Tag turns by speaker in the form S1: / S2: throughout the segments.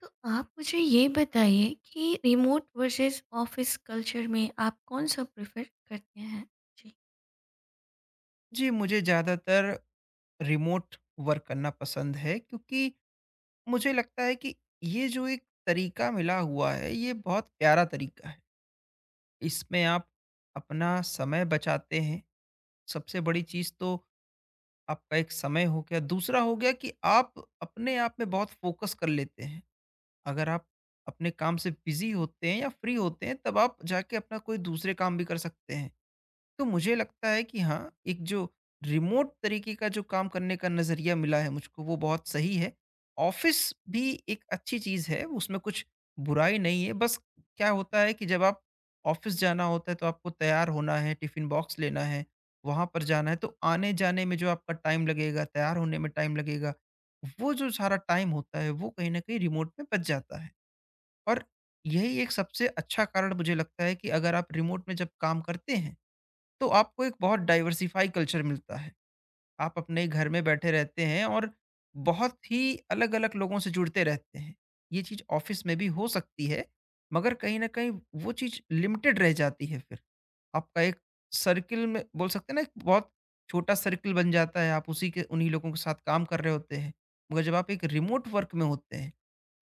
S1: तो आप मुझे ये बताइए कि रिमोट वर्सेस ऑफिस कल्चर में आप कौन सा प्रेफर करते हैं? जी।
S2: जी, मुझे ज़्यादातर रिमोट वर्क करना पसंद है क्योंकि मुझे लगता है कि ये जो एक तरीका मिला हुआ है, ये बहुत प्यारा तरीका है। इसमें आप अपना समय बचाते हैं, सबसे बड़ी चीज़ तो आपका एक समय हो गया, दूसरा हो गया कि आप अपने आप में बहुत फ़ोकस कर लेते हैं। अगर आप अपने काम से बिज़ी होते हैं या फ्री होते हैं, तब आप जाके अपना कोई दूसरे काम भी कर सकते हैं। तो मुझे लगता है कि हाँ, एक जो रिमोट तरीके का जो काम करने का नज़रिया मिला है मुझको वो बहुत सही है। ऑफ़िस भी एक अच्छी चीज़ है, उसमें कुछ बुराई नहीं है, बस क्या होता है कि जब आप ऑफ़िस जाना होता है तो आपको तैयार होना है, टिफ़िन बॉक्स लेना है, वहाँ पर जाना है तो आने-जाने में जो आपका टाइम लगेगा, तैयार होने में टाइम लगेगा, वो जो सारा टाइम होता है वो कहीं न कहीं रिमोट में बच जाता है। और यही एक सबसे अच्छा कारण मुझे लगता है कि अगर आप रिमोट में जब काम करते हैं तो आपको एक बहुत डाइवर्सिफाई कल्चर मिलता है। आप अपने घर में बैठे रहते हैं और बहुत ही अलग-अलग लोगों से जुड़ते रहते हैं। ये चीज़ ऑफ़िस में भी हो सकती है, मगर कहीं न कहीं वो चीज़ लिमिटेड रह जाती है फिर। आपका एक सर्किल में बोल सकते हैं ना, एक बहुत छोटा सर्किल बन जाता है, आप उसी के उन्हीं लोगों के साथ काम कर रहे होते हैं। मगर जब आप एक रिमोट वर्क में होते हैं,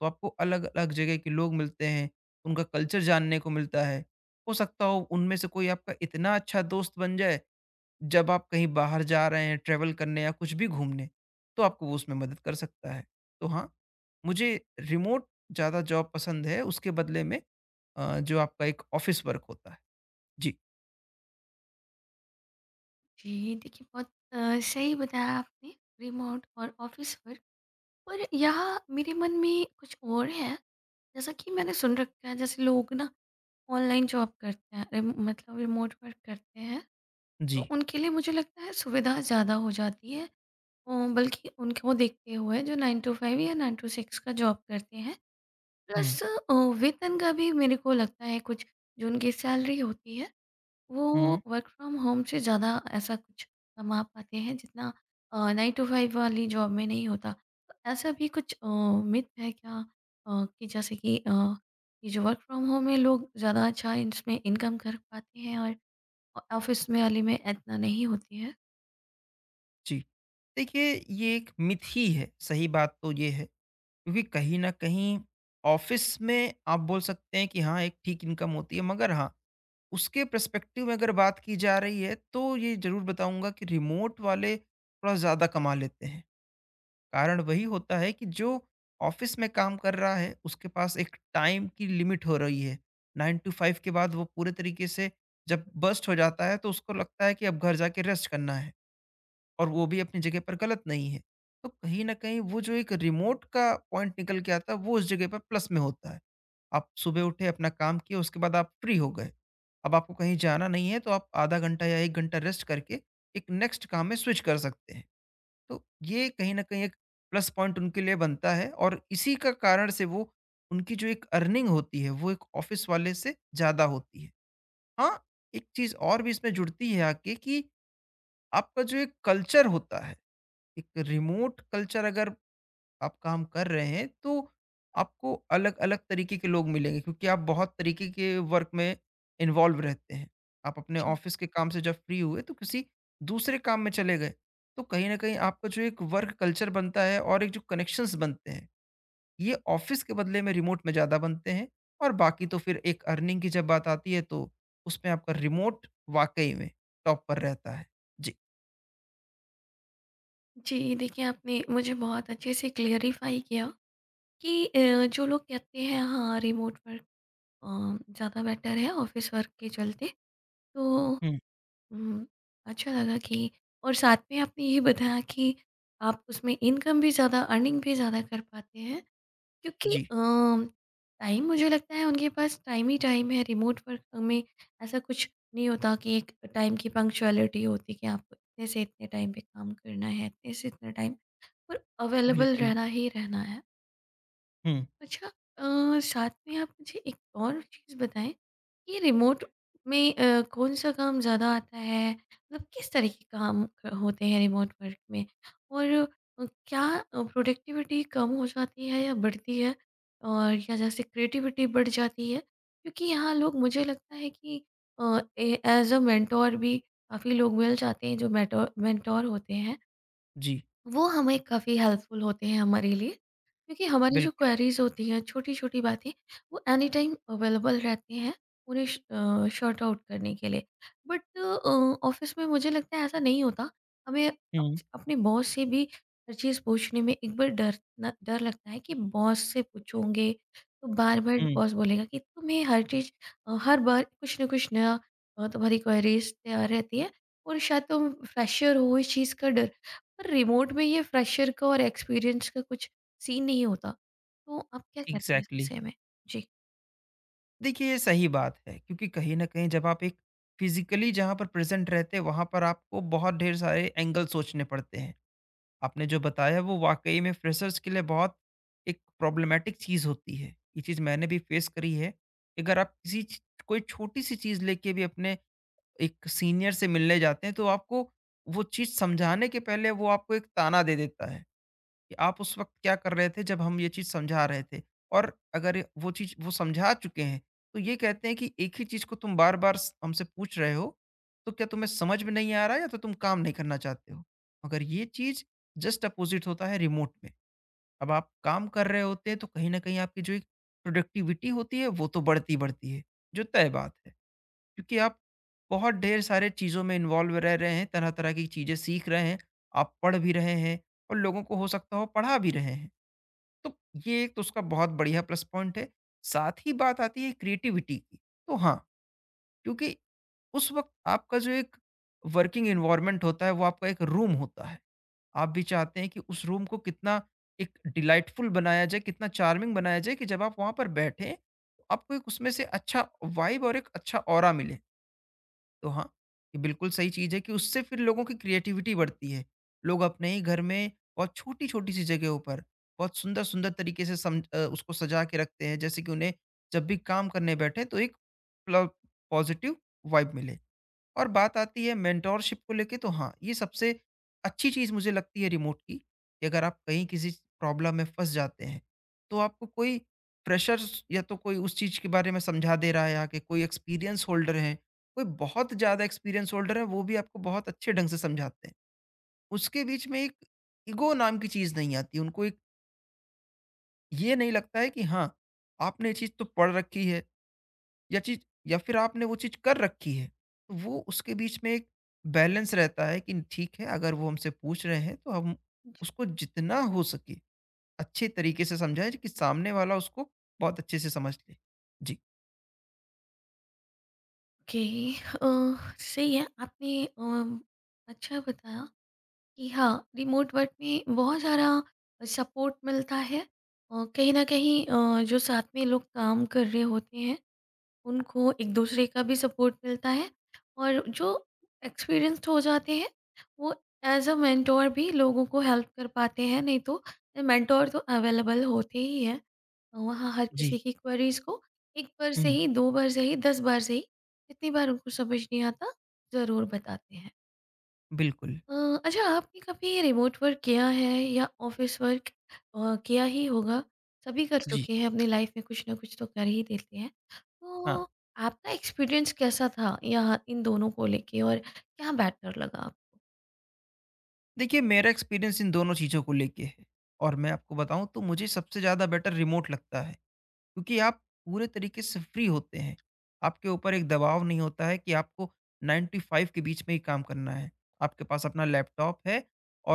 S2: तो आपको अलग-अलग जगह के लोग मिलते हैं, उनका कल्चर जानने को मिलता है। हो सकता हो उनमें से कोई आपका इतना अच्छा दोस्त बन जाए जब आप कहीं बाहर जा रहे हैं ट्रैवल करने या कुछ भी घूमने, तो आपको वो उसमें मदद कर सकता है। तो हाँ, मुझे रिमोट ज़्यादा जॉब पसंद है उसके बदले में जो आपका एक ऑफ़िस वर्क होता है। जी।
S1: जी, देखिए बहुत सही बताया आपने रिमोट और ऑफिस वर्क। पर यहाँ मेरे मन में कुछ और है, जैसा कि मैंने सुन रखा है जैसे लोग ना ऑनलाइन जॉब करते हैं रिम मतलब रिमोट वर्क करते हैं, तो
S2: जी।
S1: उनके लिए मुझे लगता है सुविधा ज़्यादा हो जाती है। बल्कि उनको देखते हुए जो 9 टू 5 या 9 टू 6 का जॉब करते हैं प्लस
S2: हुँ,
S1: वेतन का भी मेरे को लगता है कुछ जो उनकी सैलरी होती है वो
S2: हुँ।
S1: वर्क फ्रॉम होम से ज़्यादा ऐसा कुछ कमा पाते हैं जितना 9 टू 5 वाली जॉब में नहीं होता। तो ऐसा भी कुछ मिथ है क्या कि जैसे कि ये जो वर्क फ्रॉम होम में लोग ज़्यादा अच्छा इसमें इनकम कर पाते हैं और ऑफिस में वाली में इतना नहीं होती है।
S2: जी। देखिए, ये एक मिथ ही है, सही बात तो ये है क्योंकि कहीं न कहीं ऑफ़िस में आप बोल सकते हैं कि हाँ, एक ठीक इनकम होती है मगर हाँ, उसके पर्सपेक्टिव में अगर बात की जा रही है, तो ये ज़रूर बताऊँगा कि रिमोट वाले थोड़ा ज़्यादा कमा लेते हैं। कारण वही होता है कि जो ऑफिस में काम कर रहा है उसके पास एक टाइम की लिमिट हो रही है। 9 टू 5 के बाद वो पूरे तरीके से जब बस्ट हो जाता है तो उसको लगता है कि अब घर जाके रेस्ट करना है, और वो भी अपनी जगह पर गलत नहीं है। तो कहीं ना कहीं वो जो एक रिमोट का पॉइंट निकल के आता है वो उस जगह पर प्लस में होता है। आप सुबह उठे, अपना काम किए, उसके बाद आप फ्री हो गए। अब आपको कहीं जाना नहीं है तो आप आधा घंटा या एक घंटा रेस्ट करके एक नेक्स्ट काम में स्विच कर सकते हैं। तो ये कहीं न कहीं एक प्लस पॉइंट उनके लिए बनता है और इसी का कारण से वो उनकी जो एक अर्निंग होती है, वो एक ऑफ़िस वाले से ज़्यादा होती है। हाँ, एक चीज़ और भी इसमें जुड़ती है आके कि आपका जो एक कल्चर होता है, एक रिमोट कल्चर अगर आप काम कर रहे हैं तो आपको अलग-अलग तरीके के लोग मिलेंगे क्योंकि आप बहुत तरीके के वर्क में इन्वॉल्व रहते हैं। आप अपने
S1: जी।
S2: ऑफ़िस के काम से जब फ्री हुए तो किसी दूसरे काम में चले गए, तो कहीं न कहीं आपका जो एक वर्क कल्चर बनता है और एक जो कनेक्शंस बनते हैं, ये ऑफ़िस के बदले में रिमोट में ज़्यादा बनते हैं और बाकी तो फिर एक अर्निंग की जब बात आती है तो उसमें आपका रिमोट वाक़ई में टॉप पर रहता है। जी।
S1: जी, देखिए आपने मुझे बहुत अच्छे से क्लियरिफाई किया कि जो लोग कहते हैं हाँ रिमोट वर्क ज़्यादा बेटर है ऑफिस वर्क के चलते तो
S2: हुँ,
S1: उम, अच्छा लगा कि और साथ में आपने ये बताया कि आप उसमें इनकम भी ज़्यादा अर्निंग भी ज़्यादा कर पाते हैं क्योंकि
S2: जी,
S1: टाइम मुझे लगता है उनके पास टाइम ही टाइम है रिमोट वर्क में। ऐसा कुछ नहीं होता कि एक टाइम की पंक्चुअलिटी होती कि आपको इतने से इतने टाइम पे काम करना है, इतने से इतने टाइम पर अवेलेबल
S2: बिल्कुल।
S1: रहना ही रहना है।
S2: हुँ,
S1: अच्छा, साथ में आप मुझे एक और चीज़ बताएँ कि रिमोट में कौन-सा काम ज़्यादा आता है? मतलब किस तरह के काम होते हैं रिमोट वर्क में? और क्या प्रोडक्टिविटी कम हो जाती है या बढ़ती है? और या जैसे क्रिएटिविटी बढ़ जाती है? क्योंकि यहाँ लोग मुझे लगता है कि अ, ए एज़ अ मेंटोर भी काफ़ी लोग मिल जाते हैं जो मेंटोर मेंटोर होते हैं।
S2: जी,
S1: वो हमें काफ़ी हेल्पफुल होते हैं हमारे लिए क्योंकि हमारी जो
S2: बिल्कुल।
S1: क्वेरीज होती हैं छोटी-छोटी बातें वो एनी टाइम अवेलेबल रहते हैं उन्हें सॉर्ट आउट करने के लिए। बट ऑफ़िस में मुझे लगता है ऐसा नहीं होता। हमें अप
S2: हुँ,
S1: अपने बॉस से भी हर चीज़ पूछने में एक बार डर न डर लगता है कि बॉस से पूछोगे तो बार-बार
S2: हुँ।
S1: बॉस बोलेगा कि तुम्हें हर चीज़ हर बार कुछ न कुछ नया तुम्हारी क्वेरीज तैयार रहती है और शायद तुम फ्रेशर हो इस चीज़ का डर। पर रिमोट में ये फ्रेशर का और एक्सपीरियंस का कुछ सीन नहीं होता। तो आप क्या कहते हैं इस
S2: एग्जैक्टली exactly.
S1: विषय में? जी।
S2: देखिए, ये सही बात है क्योंकि कहीं ना कहीं जब आप एक फिजिकली जहाँ पर प्रेजेंट रहते हैं वहाँ पर आपको बहुत ढेर सारे एंगल सोचने पड़ते हैं। आपने जो बताया वो वाकई में फ्रेशर्स के लिए बहुत एक प्रॉब्लमेटिक चीज़ होती है। ये चीज़ मैंने भी फेस करी है। अगर आप किसी कोई छोटी सी चीज़ लेके भी अपने एक सीनियर से मिलने जाते हैं तो आपको वो चीज़ समझाने के पहले वो आपको एक ताना दे देता है कि आप उस वक़्त क्या कर रहे थे जब हम ये चीज़ समझा रहे थे? और अगर वो चीज़ वो समझा चुके हैं, तो ये कहते हैं कि एक ही चीज़ को तुम बार-बार स हमसे पूछ रहे हो, तो क्या तुम्हें समझ में नहीं आ रहा है, या तो तुम काम नहीं करना चाहते हो? मगर ये चीज़ जस्ट अपोज़िट होता है रिमोट में। अब आप काम कर रहे होते हैं तो कहीं न कहीं आपकी जो एक प्रोडक्टिविटी होती है वो तो बढ़ती ही बढ़ती है, जो तय बात है। क्योंकि आप बहुत ढेर सारे चीज़ों में इन्वॉल्व रह रहे हैं, तरह-तरह की चीज़ें सीख रहे हैं, आप पढ़ भी रहे हैं और लोगों को हो सकता हो पढ़ा भी रहे हैं। तो ये एक तो उसका बहुत बढ़िया प्लस पॉइंट है। साथ ही बात आती है क्रिएटिविटी की, तो हाँ, क्योंकि उस वक़्त आपका जो एक वर्किंग एनवायरनमेंट होता है वो आपका एक रूम होता है। आप भी चाहते हैं कि उस रूम को कितना एक डिलाइटफुल बनाया जाए, कितना चार्मिंग बनाया जाए कि जब आप वहाँ पर बैठें, तो आपको एक उसमें से अच्छा वाइब और एक अच्छा ऑरा मिले। तो हाँ, ये बिल्कुल सही चीज़ है कि उससे फिर लोगों की क्रिएटिविटी बढ़ती है। लोग अपने ही घर में बहुत छोटी-छोटी सी जगहों पर बहुत सुंदर-सुंदर तरीके से उसको सजा के रखते हैं जैसे कि उन्हें जब भी काम करने बैठे तो एक प्ल पॉज़िटिव वाइब मिले। और बात आती है मेंटोरशिप को लेके तो हाँ, ये सबसे अच्छी चीज़ मुझे लगती है रिमोट की, कि अगर आप कहीं किसी प्रॉब्लम में फँस जाते हैं, तो आपको कोई फ्रेशर्स या तो कोई उस चीज़ के बारे में समझा दे रहा है आके, कोई एक्सपीरियंस होल्डर है, कोई बहुत ज़्यादा एक्सपीरियंस होल्डर है, वो भी आपको बहुत अच्छे ढंग से समझाते हैं। उसके बीच में एक ईगो नाम की चीज़ नहीं आती, उनको एक ये नहीं लगता है कि हाँ, आपने ये चीज़ तो पढ़ रखी है, या चीज़ या फिर आपने वो चीज़ कर रखी है, तो वो उसके बीच में एक बैलेंस रहता है कि ठीक है, अगर वो हमसे पूछ रहे हैं, तो हम उसको जितना हो सके अच्छे तरीके से समझाएँ कि सामने वाला उसको बहुत अच्छे से समझ ले। जी।
S1: ओके, अ, सही है आपने। अच्छा बताया कि हाँ, रिमोट वर्क में बहुत सारा सपोर्ट मिलता है। कहीं न कहीं जो साथ में लोग काम कर रहे होते हैं उनको एक दूसरे का भी सपोर्ट मिलता है और जो एक्सपीरियंस्ड हो जाते हैं वो एज अ मेंटोर भी लोगों को हेल्प कर पाते हैं, नहीं तो मेंटोर तो अवेलेबल होते ही हैं वहाँ हर
S2: जी।
S1: किसी की क्वेरीज को। एक बार से
S2: हुँ।
S1: ही, 2 बार से ही, 10 बार से ही, जितनी बार उनको समझ नहीं आता ज़रूर बताते हैं।
S2: बिल्कुल।
S1: अ, अच्छा, आपने कभी रिमोट वर्क किया है या ऑफिस वर्क किया ही होगा, सभी कर
S2: जी।
S1: चुके हैं, अपनी लाइफ में कुछ ना कुछ तो कर ही देते हैं,
S2: हाँ,
S1: तो आपका एक्सपीरियंस कैसा था यहाँ इन दोनों को लेके और क्या बेटर लगा आपको?
S2: देखिए, मेरा एक्सपीरियंस इन दोनों चीज़ों को लेके है और मैं आपको बताऊँ तो मुझे सबसे ज़्यादा बेटर रिमोट लगता है। क्योंकि आप पूरे तरीके से फ्री होते हैं। आपके ऊपर एक दबाव नहीं होता है कि आपको 9 टू 5 के बीच में ही काम करना है। आपके पास अपना लैपटॉप है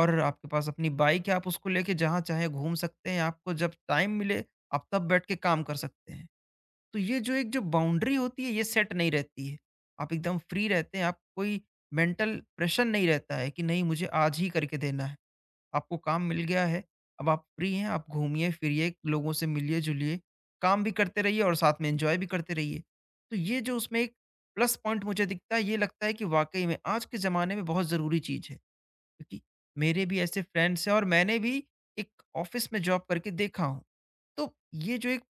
S2: और आपके पास अपनी बाइक है, आप उसको लेके जहाँ चाहे घूम सकते हैं, आपको जब टाइम मिले, आप तब बैठ के काम कर सकते हैं। तो ये जो एक जो बाउंड्री होती है, ये सेट नहीं रहती है। आप एकदम फ्री रहते हैं, आप कोई मेंटल प्रेशर नहीं रहता है कि नहीं, मुझे आज ही करके देना है। आपको काम मिल गया है, अब आप फ्री हैं, आप घूमिए-फिरिए, लोगों से मिलिए-जुलिए, काम भी करते रहिए और साथ में एन्जॉय भी करते रहिए। तो ये जो उसमें एक प्लस पॉइंट मुझे दिखता है, ये लगता है कि वाक़ई में आज के ज़माने में बहुत ज़रूरी चीज़ है, क्योंकि मेरे भी ऐसे फ्रेंड्स हैं और मैंने भी एक ऑफ़िस में जॉब करके देखा हूँ। तो ये जो एक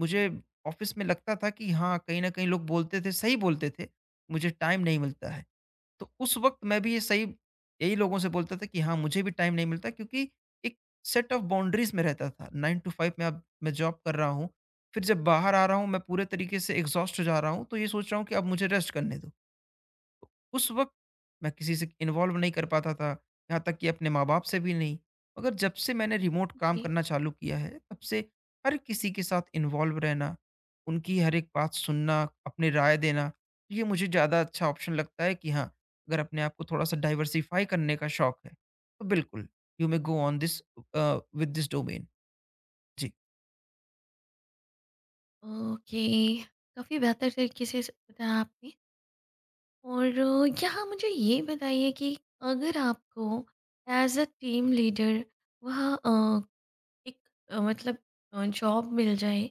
S2: मुझे ऑफ़िस में लगता था कि हाँ, कहीं न कहीं लोग बोलते थे, सही बोलते थे, मुझे टाइम नहीं मिलता है। तो उस वक़्त मैं भी ये सही यही लोगों से बोलता था कि हाँ, मुझे भी टाइम नहीं मिलता क्योंकि एक सेट ऑफ बाउंड्रीज़ में रहता था। 9 टू 5 में अब मैं जॉब कर रहा हूँ, फिर जब बाहर आ रहा हूँ मैं पूरे तरीके से एग्ज़ॉस्ट हो जा रहा हूँ, तो ये सोच रहा हूँ कि अब मुझे रेस्ट करने दो। उस वक़्त मैं किसी से इन्वॉल्व नहीं कर पाता था, यहाँ तक कि अपने माँ-बाप से भी नहीं। मगर जब से मैंने रिमोट काम
S1: जी।
S2: करना चालू किया है, तब से हर किसी के साथ इन्वॉल्व रहना, उनकी हर एक बात सुनना, अपनी राय देना, ये मुझे ज़्यादा अच्छा ऑप्शन लगता है कि हाँ, अगर अपने आप को थोड़ा-सा डाइवर्सिफ़ाई करने का शौक है, तो बिल्कुल, you may go on this with this domain. जी,
S1: ओके, काफ़ी बेहतर तरीके से बताया आपने। और यहाँ मुझे ये बताइए कि अगर आपको एज अ टीम लीडर वहाँ एक मतलब जॉब मिल जाए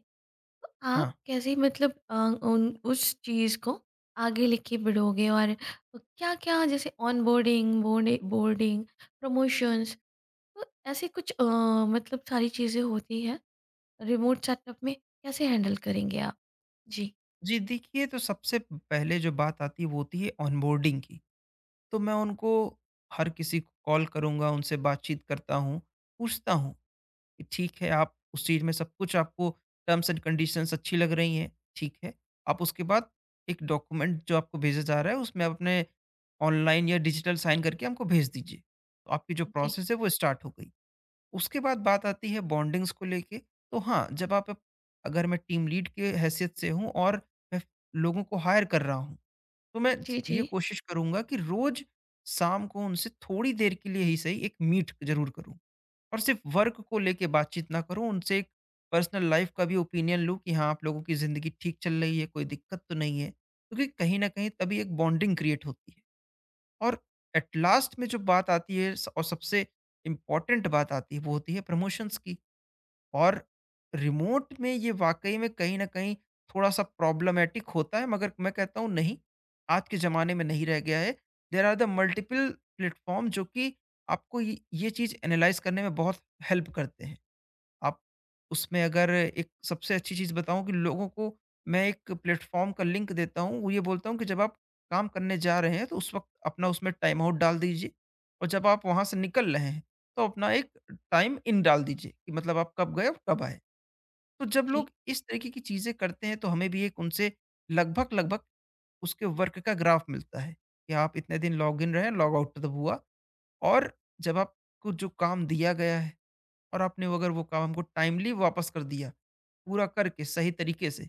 S1: तो आप
S2: हाँ।
S1: कैसे मतलब उन उस चीज़ को आगे लेके बढ़ोगे और क्या क्या जैसे onboarding board boarding promotions, तो ऐसे कुछ मतलब सारी चीज़ें होती है रिमोट सेटअप में कैसे हैंडल करेंगे आप? जी,
S2: जी, देखिए, तो सबसे पहले जो बात आती है वो होती है ऑनबोर्डिंग की। तो मैं उनको, हर किसी को कॉल करूँगा, उनसे बातचीत करता हूँ, पूछता हूँ कि ठीक है, आप उस चीज़ में सब कुछ आपको टर्म्स एंड कंडीशंस अच्छी लग रही हैं, ठीक है। आप उसके बाद एक डॉक्यूमेंट जो आपको भेजा जा रहा है उसमें आप अपने ऑनलाइन या डिजिटल साइन करके हमको भेज दीजिए। तो आपकी जो
S1: जी,
S2: प्रोसेस है वो स्टार्ट हो गई। उसके बाद बात आती है बॉन्डिंग्स को लेके, तो हाँ, जब आप अगर मैं टीम लीड के हैसियत से हूँ और मैं लोगों को हायर कर रहा हूँ, तो
S1: जी, जी,
S2: ये कोशिश करूंगा कि रोज शाम को उनसे थोड़ी देर के लिए ही सही एक मीट जरूर करूं और सिर्फ वर्क को लेके बातचीत ना करूं उनसे, एक पर्सनल लाइफ का भी ओपिनियन लूं कि हाँ आप लोगों की ज़िंदगी ठीक चल रही है, कोई दिक्कत तो नहीं है, क्योंकि कहीं ना कहीं तभी एक बॉन्डिंग क्रिएट होती है। और एट लास्ट में जो बात आती है और सबसे इम्पॉर्टेंट बात आती है वो होती है प्रमोशंस की। और रिमोट में ये वाक़ई में कहीं न कहीं थोड़ा-सा प्रॉब्लमैटिक होता है मगर मैं कहता हूँ नहीं, आज के ज़माने में नहीं रह गया है। There are the multiple platform जो कि आपको ये चीज़ एनालाइज़ करने में बहुत हेल्प करते हैं। आप उसमें, अगर एक सबसे अच्छी चीज़ बताऊँ कि लोगों को मैं एक प्लेटफ़ॉर्म का लिंक देता हूँ, वो ये बोलता हूँ कि जब आप काम करने जा रहे हैं तो उस वक़्त अपना उसमें टाइम आउट डाल दीजिए और जब आप वहाँ से निकल रहे हैं तो अपना एक टाइम इन डाल दीजिए, कि मतलब आप कब गए और कब आए। तो जब लोग
S1: जी,
S2: इस तरीके की चीज़ें करते हैं तो हमें भी एक उनसे लगभग-लगभग उसके वर्क का ग्राफ मिलता है कि आप इतने दिन लॉगिन रहे, लॉग आउट तब हुआ। और जब आपको जो काम दिया गया है और आपने वो, अगर वो काम हमको टाइमली वापस कर दिया पूरा करके सही तरीके से,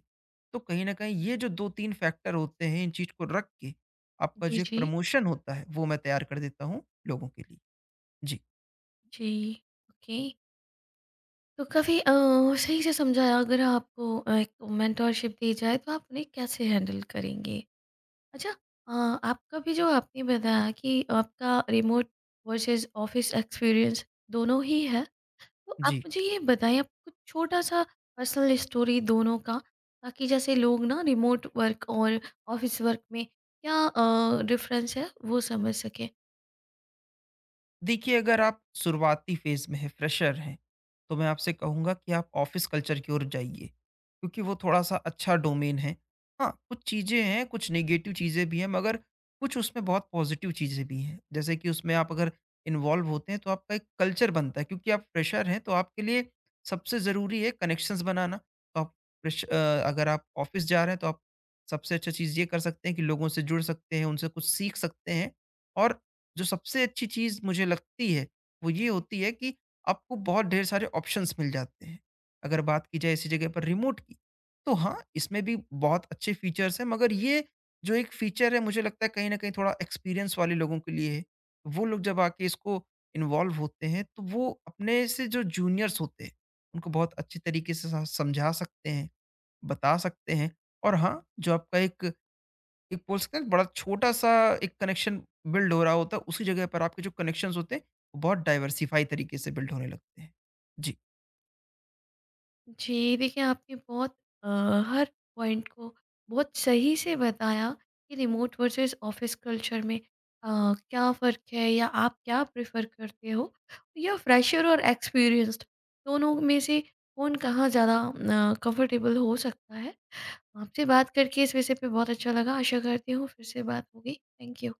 S2: तो कहीं न कहीं ये जो 2-3 फैक्टर होते हैं, इन चीज़ को रख के आपका
S1: जी,
S2: जो एक
S1: जी,
S2: प्रमोशन होता है, वो मैं तैयार कर देता हूँ लोगों के लिए। जी।
S1: जी। ओके, तो काफ़ी सही से समझाया। अगर आपको एक मेंटोरशिप दी जाए तो आप उन्हें कैसे हैंडल करेंगे? अच्छा, अ, आपका भी जो आपने बताया कि आपका रिमोट वर्सेस ऑफिस एक्सपीरियंस दोनों ही है, तो आप
S2: जी।
S1: मुझे ये बताएँ आप कुछ छोटा-सा पर्सनल स्टोरी दोनों का, ताकि जैसे लोग ना रिमोट वर्क और ऑफिस वर्क में क्या डिफरेंस है वो समझ सकें।
S2: देखिए अगर आप शुरुआती फेज में हैं, फ्रेशर हैं, तो मैं आपसे कहूँगा कि आप ऑफिस कल्चर की ओर जाइए, क्योंकि वो थोड़ा-सा अच्छा डोमेन है। हाँ, कुछ चीज़ें हैं, कुछ नेगेटिव चीज़ें भी हैं, मगर कुछ उसमें बहुत पॉजिटिव चीज़ें भी हैं। जैसे कि उसमें आप अगर इन्वॉल्व होते हैं, तो आपका एक कल्चर बनता है, क्योंकि आप फ्रेशर हैं, तो आपके लिए सबसे ज़रूरी है कनेक्शंस बनाना। तो आप फ्रेश अगर आप ऑफिस जा रहे हैं, तो आप सबसे अच्छा चीज़ ये कर सकते हैं कि लोगों से जुड़ सकते हैं, उनसे कुछ सीख सकते हैं और जो सबसे अच्छी चीज़ मुझे लगती है, वो ये होती है कि आपको बहुत ढेर सारे ऑप्शंस मिल जाते हैं। अगर बात की जाए इसी जगह पर रिमोट की, तो हाँ, इसमें भी बहुत अच्छे फीचर्स हैं मगर ये जो एक फीचर है मुझे लगता है कहीं न कहीं थोड़ा एक्सपीरियंस वाले लोगों के लिए है। वो लोग जब आके इसको इन्वॉल्व होते हैं, तो वो अपने से जो जूनियर्स होते हैं, उनको बहुत अच्छे तरीके से स समझा सकते हैं, बता सकते हैं। और हाँ, जो आपका एक एक बोल सकते हैं ना, बड़ा छोटा-सा एक कनेक्शन बिल्ड हो रहा होता है, उसी जगह पर आपके जो कनेक्शंस होते हैं, वो बहुत डाइवर्सिफ़ाई तरीके से बिल्ड होने लगते हैं। जी।
S1: जी, देखिए आपने बहुत अ, हर पॉइंट को बहुत सही से बताया कि रिमोट वर्सेस ऑफिस कल्चर में क्या फ़र्क है या आप क्या प्रेफ़र करते हो या फ्रेशर और एक्सपीरियंस्ड दोनों में से कौन कहाँ ज़्यादा कंफर्टेबल हो सकता है। आपसे बात करके इस विषय पे बहुत अच्छा लगा। आशा करती हूँ फिर से बात होगी। Thank you.